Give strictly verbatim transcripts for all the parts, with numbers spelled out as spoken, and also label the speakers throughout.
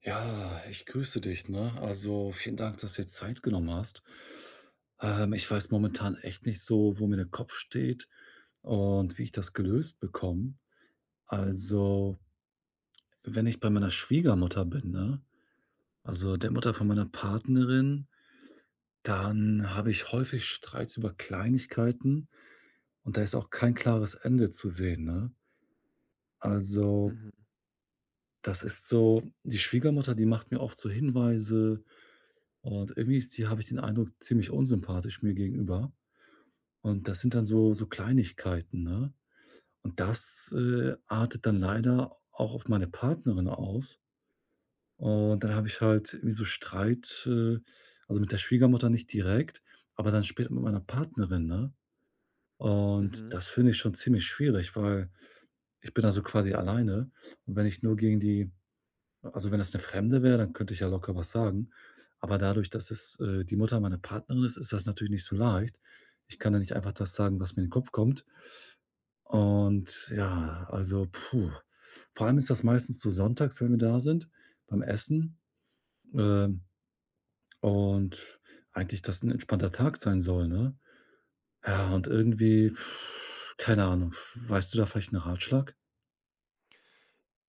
Speaker 1: Ja, ich grüße dich, ne? Also vielen Dank, dass du dir Zeit genommen hast. Ähm, ich weiß momentan echt nicht so, wo mir der Kopf steht und wie ich das gelöst bekomme. Also, wenn ich bei meiner Schwiegermutter bin, ne? Also
Speaker 2: Mhm,
Speaker 1: der Mutter von meiner Partnerin, dann habe ich häufig Streits über Kleinigkeiten, und da ist auch kein klares Ende zu sehen, ne? Also,
Speaker 2: mhm,
Speaker 1: das ist so, die Schwiegermutter, die macht mir oft so Hinweise. Und irgendwie ist die, habe ich den Eindruck, ziemlich unsympathisch mir gegenüber. Und das sind dann so so Kleinigkeiten, ne? Und das, äh, artet dann leider auch auf meine Partnerin aus. Und dann habe ich halt irgendwie so Streit, äh also mit der Schwiegermutter nicht direkt, aber dann später mit meiner Partnerin, ne? Und
Speaker 2: mhm.
Speaker 1: das finde ich schon ziemlich schwierig, weil ich bin also quasi alleine. Und wenn ich nur gegen die. Also, wenn das 'ne Fremde wäre, dann könnte ich ja locker was sagen. Aber dadurch, dass es, äh, die Mutter meiner Partnerin ist, ist das natürlich nicht so leicht. Ich kann ja nicht einfach das sagen, was mir in den Kopf kommt. Und ja, also, puh. Vor allem ist das meistens so sonntags, wenn wir da sind, beim Essen, ähm, und eigentlich das 'n entspannter Tag sein soll, ne? Ja, und irgendwie, keine Ahnung, weißt du da vielleicht 'n Ratschlag?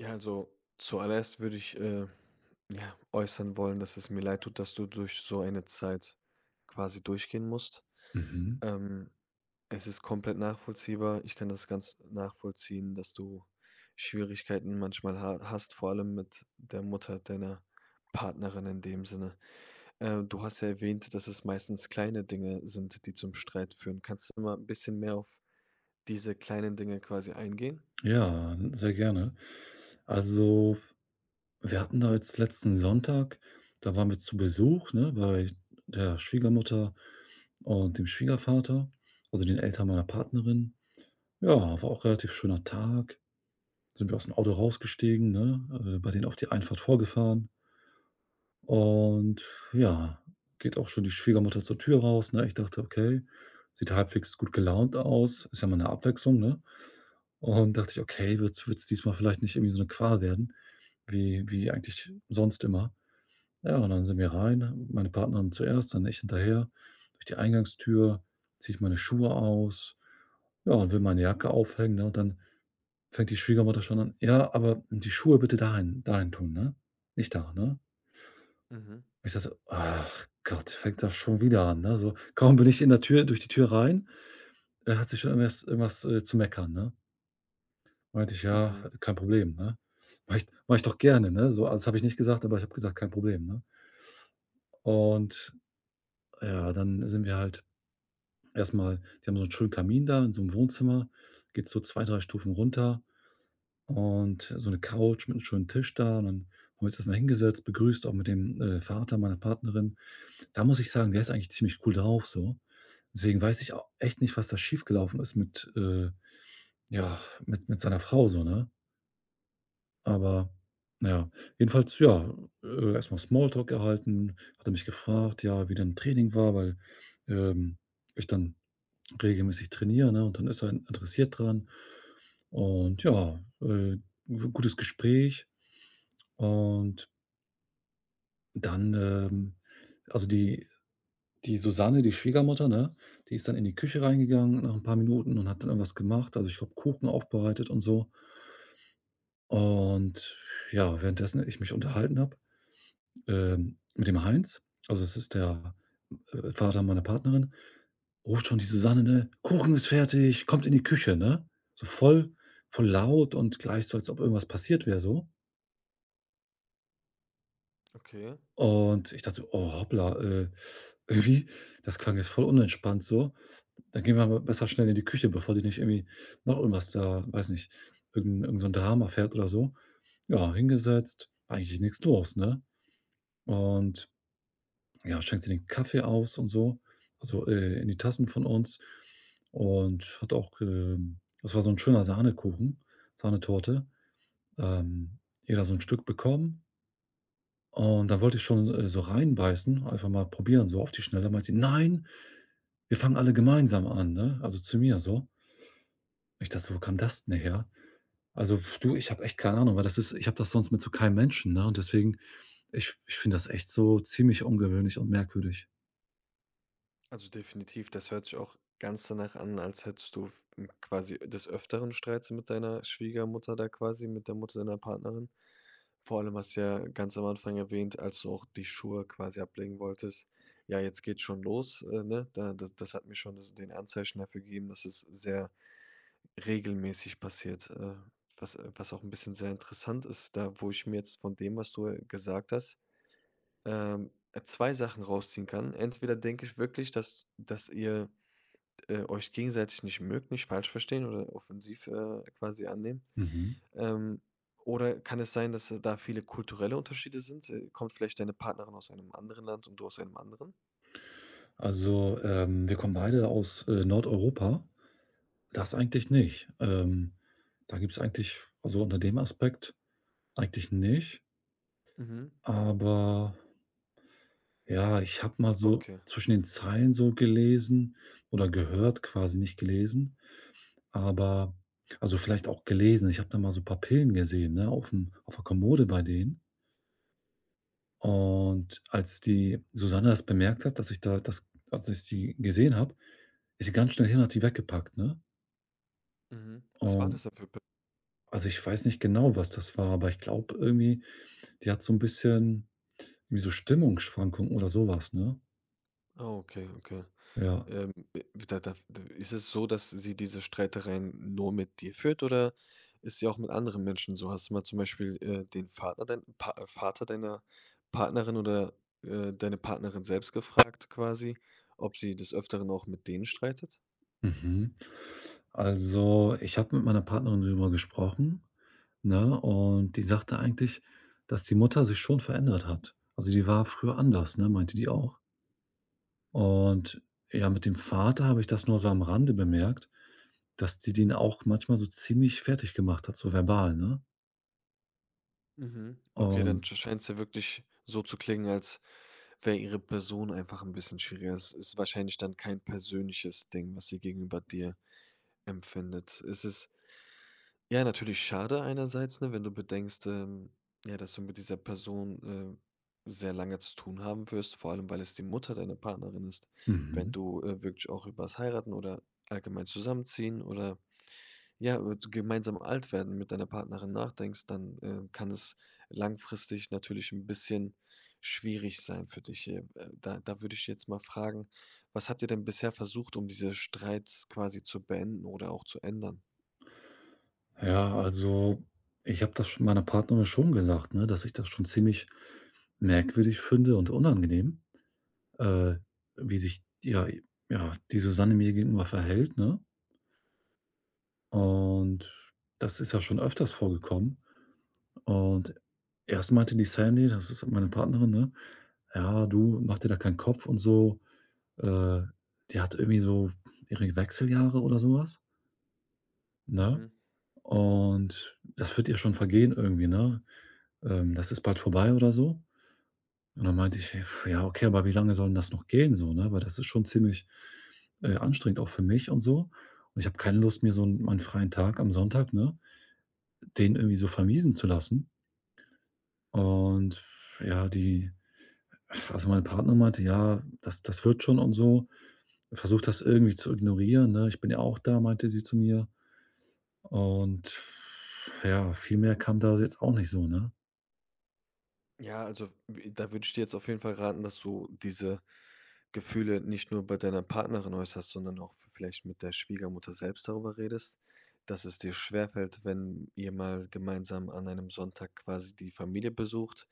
Speaker 2: Ja, also zuallererst würde ich äh, ja, äußern wollen, dass es mir leid tut, dass du durch so eine Zeit quasi durchgehen musst.
Speaker 1: Mhm.
Speaker 2: Ähm, Es ist komplett nachvollziehbar. Ich kann das ganz nachvollziehen, dass du Schwierigkeiten manchmal ha hast, vor allem mit der Mutter deiner Partnerin in dem Sinne. Äh, du hast ja erwähnt, dass es meistens kleine Dinge sind, die zum Streit führen. Kannst du mal ein bisschen mehr auf diese kleinen Dinge quasi eingehen?
Speaker 1: Ja, sehr gerne. Also, wir hatten da jetzt letzten Sonntag, da waren wir zu Besuch, ne, bei der Schwiegermutter und dem Schwiegervater, also den Eltern meiner Partnerin. Ja, war auch relativ schöner Tag. Sind wir aus dem Auto rausgestiegen, ne, äh, bei denen auf die Einfahrt vorgefahren, und ja, geht auch schon die Schwiegermutter zur Tür raus, ne? Ich dachte: „Okay, sieht halbwegs gut gelaunt aus.“ Ist ja mal eine Abwechslung, ne? Und dachte ich: „Okay, wird's wird's diesmal vielleicht nicht irgendwie so eine Qual werden wie wie eigentlich sonst immer?“ Ja, und dann sind wir rein, meine Partnerin zuerst, dann ich hinterher. Durch die Eingangstür ziehe ich meine Schuhe aus, ja, und will meine Jacke aufhängen, ne? Und dann fängt die Schwiegermutter schon an: „Ja, aber die Schuhe bitte dahin dahin tun, ne? Nicht da, ne?“
Speaker 2: Mhm,
Speaker 1: Ich sage so: „Ach Gott, fängt das schon wieder an“, ne? So, kaum bin ich in der Tür, durch die Tür rein, äh, hat sie schon irgendwas irgendwas, äh, zu meckern, ne? Meinte ich: „Ja,
Speaker 2: mhm.
Speaker 1: kein Problem, ne?“ Mache ich mache ich doch gerne, ne? So, also, das habe ich nicht gesagt, aber ich habe gesagt: „Kein Problem“, ne? Und ja, dann sind wir halt. Erstmal, die haben so einen schönen Kamin da in so einem Wohnzimmer, geht's so zwei, drei Stufen runter und so eine Couch mit einem schönen Tisch da, und dann haben wir uns erst mal hingesetzt, begrüßt, auch mit dem, äh, Vater meiner Partnerin. Da muss ich sagen, der ist eigentlich ziemlich cool drauf so. Deswegen weiß ich au echt nicht, was da schiefgelaufen ist mit, äh ja, mit mit seiner Frau so, ne? Aber na ja, jedenfalls, ja, äh, erst mal Small. Hat er mich gefragt, ja, wie denn Training war, weil, ähm, ich dann regelmäßig trainiere, ne? Und dann ist er interessiert dran, und ja, äh, g gutes Gespräch. Und dann, ähm also die, die Susanne, die Schwiegermutter, ne, die ist dann in die Küche reingegangen nach ein paar Minuten und hat dann irgendwas gemacht. Also, ich glaube, Kuchen aufbereitet und so. Und ja, währenddessen ich mich unterhalten habe ähm, mit dem Heinz, also es ist der, äh, Vater meiner Partnerin, ruft schon die Susanne, ne: „Kuchen ist fertig, kommt in die Küche“, ne? So voll voll laut und gleich so, als ob irgendwas passiert wäre so.
Speaker 2: Okay.
Speaker 1: Und ich dachte so: „Oh, hoppla, äh, irgendwie das klang jetzt voll unentspannt so. Dann gehen wir mal besser schnell in die Küche, bevor die nicht irgendwie noch irgendwas da, weiß nicht, irgend irgend so ein Drama fährt oder so.“ Ja, hingesetzt, war eigentlich nichts los, ne? Und ja, schenkt sie den Kaffee aus und so, also, äh, in die Tassen von uns, und hat auch, ähm das war so ein schöner Sahnekuchen, Sahnetorte, ähm, jeder so ein Stück bekommen, und dann wollte ich schon, äh, so reinbeißen, einfach mal probieren, so auf die Schnelle, meint sie: „Nein, wir fangen alle gemeinsam an“, ne? Also, zu mir so. Ich dachte so: „Wo kam das denn her?“ Also, pf, du, ich habe echt keine Ahnung, weil das ist, ich habe das sonst mit so keinem Menschen, ne? Und deswegen, ich ich finde das echt so ziemlich ungewöhnlich und merkwürdig.
Speaker 2: Also definitiv, das hört sich auch ganz danach an, als hättest du f- m- quasi des Öfteren Streits mit deiner Schwiegermutter da quasi, mit der Mutter deiner Partnerin. Vor allem hast du ja ganz am Anfang erwähnt, als du auch die Schuhe quasi ablegen wolltest. Ja, jetzt geht's schon los, äh, ne? Da, das, das hat mir schon das, den Anzeichen dafür gegeben, dass es sehr regelmäßig passiert. Äh, was, äh, was auch ein bisschen sehr interessant ist, da wo ich mir jetzt von dem, was du äh, gesagt hast, ähm, äh, Sachen rausziehen kann. Entweder denke ich wirklich, dass dass ihr, äh, euch gegenseitig nicht mögt, nicht falsch verstehen oder offensiv, äh, quasi annehmen.
Speaker 1: Mhm.
Speaker 2: Ähm, oder kann es sein, dass, äh, da viele kulturelle Unterschiede sind? Äh, kommt vielleicht deine Partnerin aus einem anderen Land und du aus einem anderen?
Speaker 1: Also, ähm, wir kommen beide aus, äh, Nordeuropa. Das eigentlich nicht. Ähm, da gibt's eigentlich, also, unter dem Aspekt eigentlich nicht.
Speaker 2: Mhm,
Speaker 1: Aber ja, ich habe mal so
Speaker 2: okay.
Speaker 1: zwischen den Zeilen so gelesen oder gehört quasi, nicht gelesen, aber also, vielleicht auch gelesen. Ich habe da mal so 'n paar Pillen gesehen, ne, auf dem, auf der Kommode bei denen. Und als die Susanne das bemerkt hat, dass ich da das, als ich die gesehen habe, ist sie ganz schnell hin, hat die weggepackt, ne?
Speaker 2: Mhm. Was war das
Speaker 1: Und
Speaker 2: denn für Pe
Speaker 1: also, ich weiß nicht genau, was das war, aber ich glaube irgendwie, die hat so ein bisschen wie so Stimmungsschwankungen oder sowas, ne?
Speaker 2: ah, okay, okay.
Speaker 1: Ja.
Speaker 2: Ähm, äh, da da ist es so, dass sie diese Streitereien nur mit dir führt oder ist sie auch mit anderen Menschen so? Hast du mal zum Beispiel, äh, den Vater dein Pa äh, Vater deiner Partnerin oder, äh, deine Partnerin selbst gefragt quasi, ob sie des Öfteren auch mit denen streitet?
Speaker 1: Mhm. Also, ich habe mit meiner Partnerin darüber gesprochen, ne, und die sagte eigentlich, dass die Mutter sich schon verändert hat. Also, die war früher anders, ne, meinte die auch. Und ja, mit dem Vater habe ich das nur so am Rande bemerkt, dass die den auch manchmal so ziemlich fertig gemacht hat, so verbal, ne?
Speaker 2: Mhm. Okay, dann
Speaker 1: Und
Speaker 2: scheint es ja wirklich so zu klingen, als wäre ihre Person einfach ein bisschen schwieriger. Es ist wahrscheinlich dann kein persönliches Ding, was sie gegenüber dir empfindet. Ist es ja, natürlich schade einerseits, ne, wenn du bedenkst, ähm, ja, dass du mit dieser Person, äh, sehr lange zu tun haben wirst, vor allem, weil es die Mutter deiner Partnerin ist. Wenn
Speaker 1: mhm.
Speaker 2: du, äh, wirklich auch übers Heiraten oder allgemein zusammenziehen oder, ja, über d gemeinsam alt werden mit deiner Partnerin nachdenkst, dann, äh, kann es langfristig natürlich ein bisschen schwierig sein für dich. Äh, da da würde ich jetzt mal fragen, was habt ihr denn bisher versucht, um diese Streits quasi zu beenden oder auch zu ändern?
Speaker 1: Ja, also ich habe das schon meiner Partnerin schon gesagt, ne, dass ich das schon ziemlich merkwürdig finde und unangenehm, äh, wie sich ja, ja, die Susanne mir gegenüber verhält, ne? Und das ist ja schon öfters vorgekommen. Und erst meinte die Sandy, das ist meine Partnerin, ne? Ja, du, mach dir da keinen Kopf und so. Äh, Die hat irgendwie so ihre Wechseljahre oder sowas, ne?
Speaker 2: Mhm.
Speaker 1: Und das wird ihr schon vergehen irgendwie, ne? ähm, das ist bald vorbei oder so. Und dann meinte ich: „Ja, okay, aber wie lange soll 'n das noch gehen so, ne? Weil das ist schon ziemlich, äh, anstrengend auch für mich und so. Und ich habe keine Lust, mir so 'n meinen freien Tag am Sonntag, ne, den irgendwie so vermiesen zu lassen.“ Und ja, die, also, mein Partner meinte: „Ja, das das wird schon und so. Versucht das irgendwie zu ignorieren, ne? Ich bin ja auch da“, meinte sie zu mir. Und ja, viel mehr kam da jetzt auch nicht so, ne?
Speaker 2: Ja, also w da würde ich dir jetzt auf jeden Fall raten, dass du diese Gefühle nicht nur bei deiner Partnerin äußerst, sondern auch v vielleicht mit der Schwiegermutter selbst darüber redest, dass es dir schwerfällt, wenn ihr mal gemeinsam an einem Sonntag quasi die Familie besucht,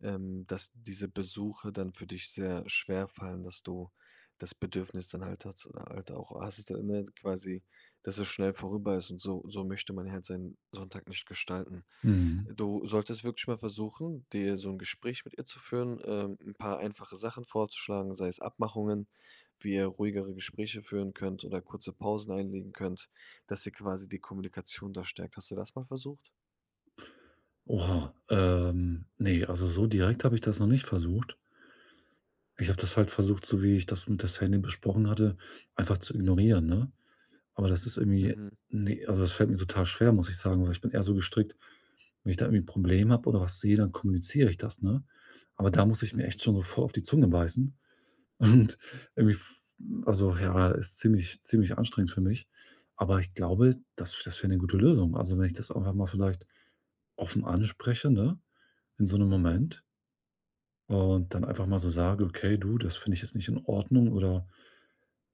Speaker 2: ähm, dass diese Besuche dann für dich sehr schwer fallen, dass du das Bedürfnis dann halt hast halt auch hast, ne, quasi dass es schnell vorüber ist und so so möchte man halt seinen Sonntag nicht gestalten.
Speaker 1: Mhm.
Speaker 2: Du solltest wirklich mal versuchen, dir so ein Gespräch mit ihr zu führen, ähm, 'n paar einfache Sachen vorzuschlagen, sei es Abmachungen, wie ihr ruhigere Gespräche führen könnt oder kurze Pausen einlegen könnt, dass ihr quasi die Kommunikation da stärkt. Hast du das mal versucht?
Speaker 1: Oha, ähm, ne, also so direkt habe ich das noch nicht versucht. Ich habe das halt versucht, so wie ich das mit der Sandy besprochen hatte, einfach zu ignorieren, ne? Aber das ist irgendwie,
Speaker 2: Mhm,
Speaker 1: ne, also das fällt mir total schwer, muss ich sagen, weil ich bin eher so gestrickt, wenn ich da irgendwie ein Problem habe oder was sehe, dann kommuniziere ich das, ne? Aber da muss ich mir
Speaker 2: mhm,
Speaker 1: echt schon so voll auf die Zunge beißen und irgendwie f also ja, ist ziemlich ziemlich anstrengend für mich. Aber ich glaube, das das wäre eine gute Lösung. Also, wenn ich das einfach mal vielleicht offen anspreche, ne? In so einem
Speaker 2: mhm.
Speaker 1: Moment, und dann einfach mal so sage: „Okay, du, das finde ich jetzt nicht in Ordnung oder,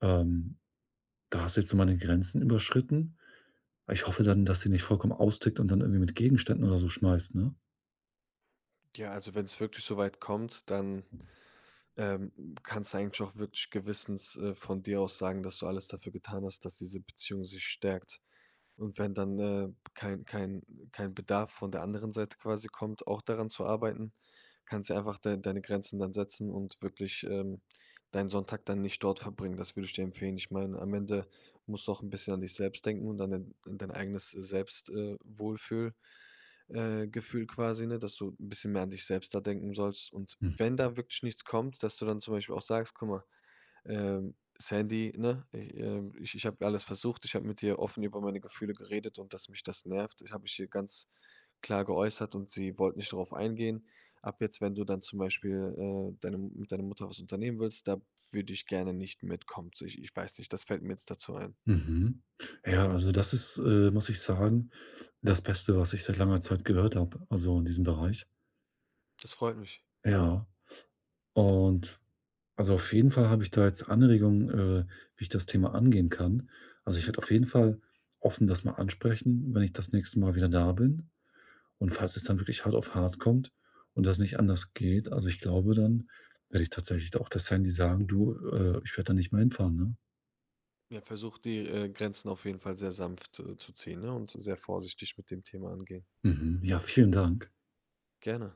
Speaker 1: ähm, da hast du jetzt so meine Grenzen überschritten.“ Ich hoffe dann, dass sie nicht vollkommen austickt und dann irgendwie mit Gegenständen oder so schmeißt, ne?
Speaker 2: Ja, also wenn es wirklich so weit kommt, dann, ähm, kannst du eigentlich auch wirklich gewissens, äh, von dir aus sagen, dass du alles dafür getan hast, dass diese Beziehung sich stärkt. Und wenn dann, äh, kein kein kein Bedarf von der anderen Seite quasi kommt, auch daran zu arbeiten, kannst du einfach dei deine Grenzen dann setzen und wirklich, ähm, deinen Sonntag dann nicht dort verbringen. Das würde ich dir empfehlen. Ich meine, am Ende musst du auch ein bisschen an dich selbst denken und an dein an dein eigenes Selbst äh, Wohlfühl äh, Gefühl quasi, ne, dass du ein bisschen mehr an dich selbst da denken sollst. Und
Speaker 1: Hm,
Speaker 2: wenn da wirklich nichts kommt, dass du dann zum Beispiel auch sagst: „Guck mal, ähm, Sandy, ne? Ich, ähm, ich, ich habe alles versucht. Ich habe mit dir offen über meine Gefühle geredet und dass mich das nervt. Ich habe ich hier ganz klar geäußert und sie wollte nicht darauf eingehen. Ab jetzt, wenn du dann zum Beispiel äh, deine, mit deiner Mutter was unternehmen willst, da würde ich gerne nicht mitkommen. So, Ich, ich weiß nicht, das fällt mir jetzt dazu ein.
Speaker 1: mhm. Ja, also das ist, äh, muss ich sagen, das Beste, was ich seit langer Zeit gehört habe, also in diesem Bereich.
Speaker 2: Das freut mich.
Speaker 1: Ja,
Speaker 2: Mhm.
Speaker 1: und also auf jeden Fall habe ich da jetzt Anregungen, äh, wie ich das Thema angehen kann. Also, ich werde auf jeden Fall offen das mal ansprechen, wenn ich das nächste Mal wieder da bin. Und falls es dann wirklich hart auf hart kommt und das nicht anders geht, also, ich glaube, dann werde ich tatsächlich auch das sein, die sagen: „Du, äh, ich werde da nicht mehr hinfahren“, ne?
Speaker 2: Ja, versuch die äh, Grenzen auf jeden Fall sehr sanft äh, zu ziehen, ne? Und sehr vorsichtig mit dem Thema angehen.
Speaker 1: Mhm, ja, vielen Dank.
Speaker 2: Gerne.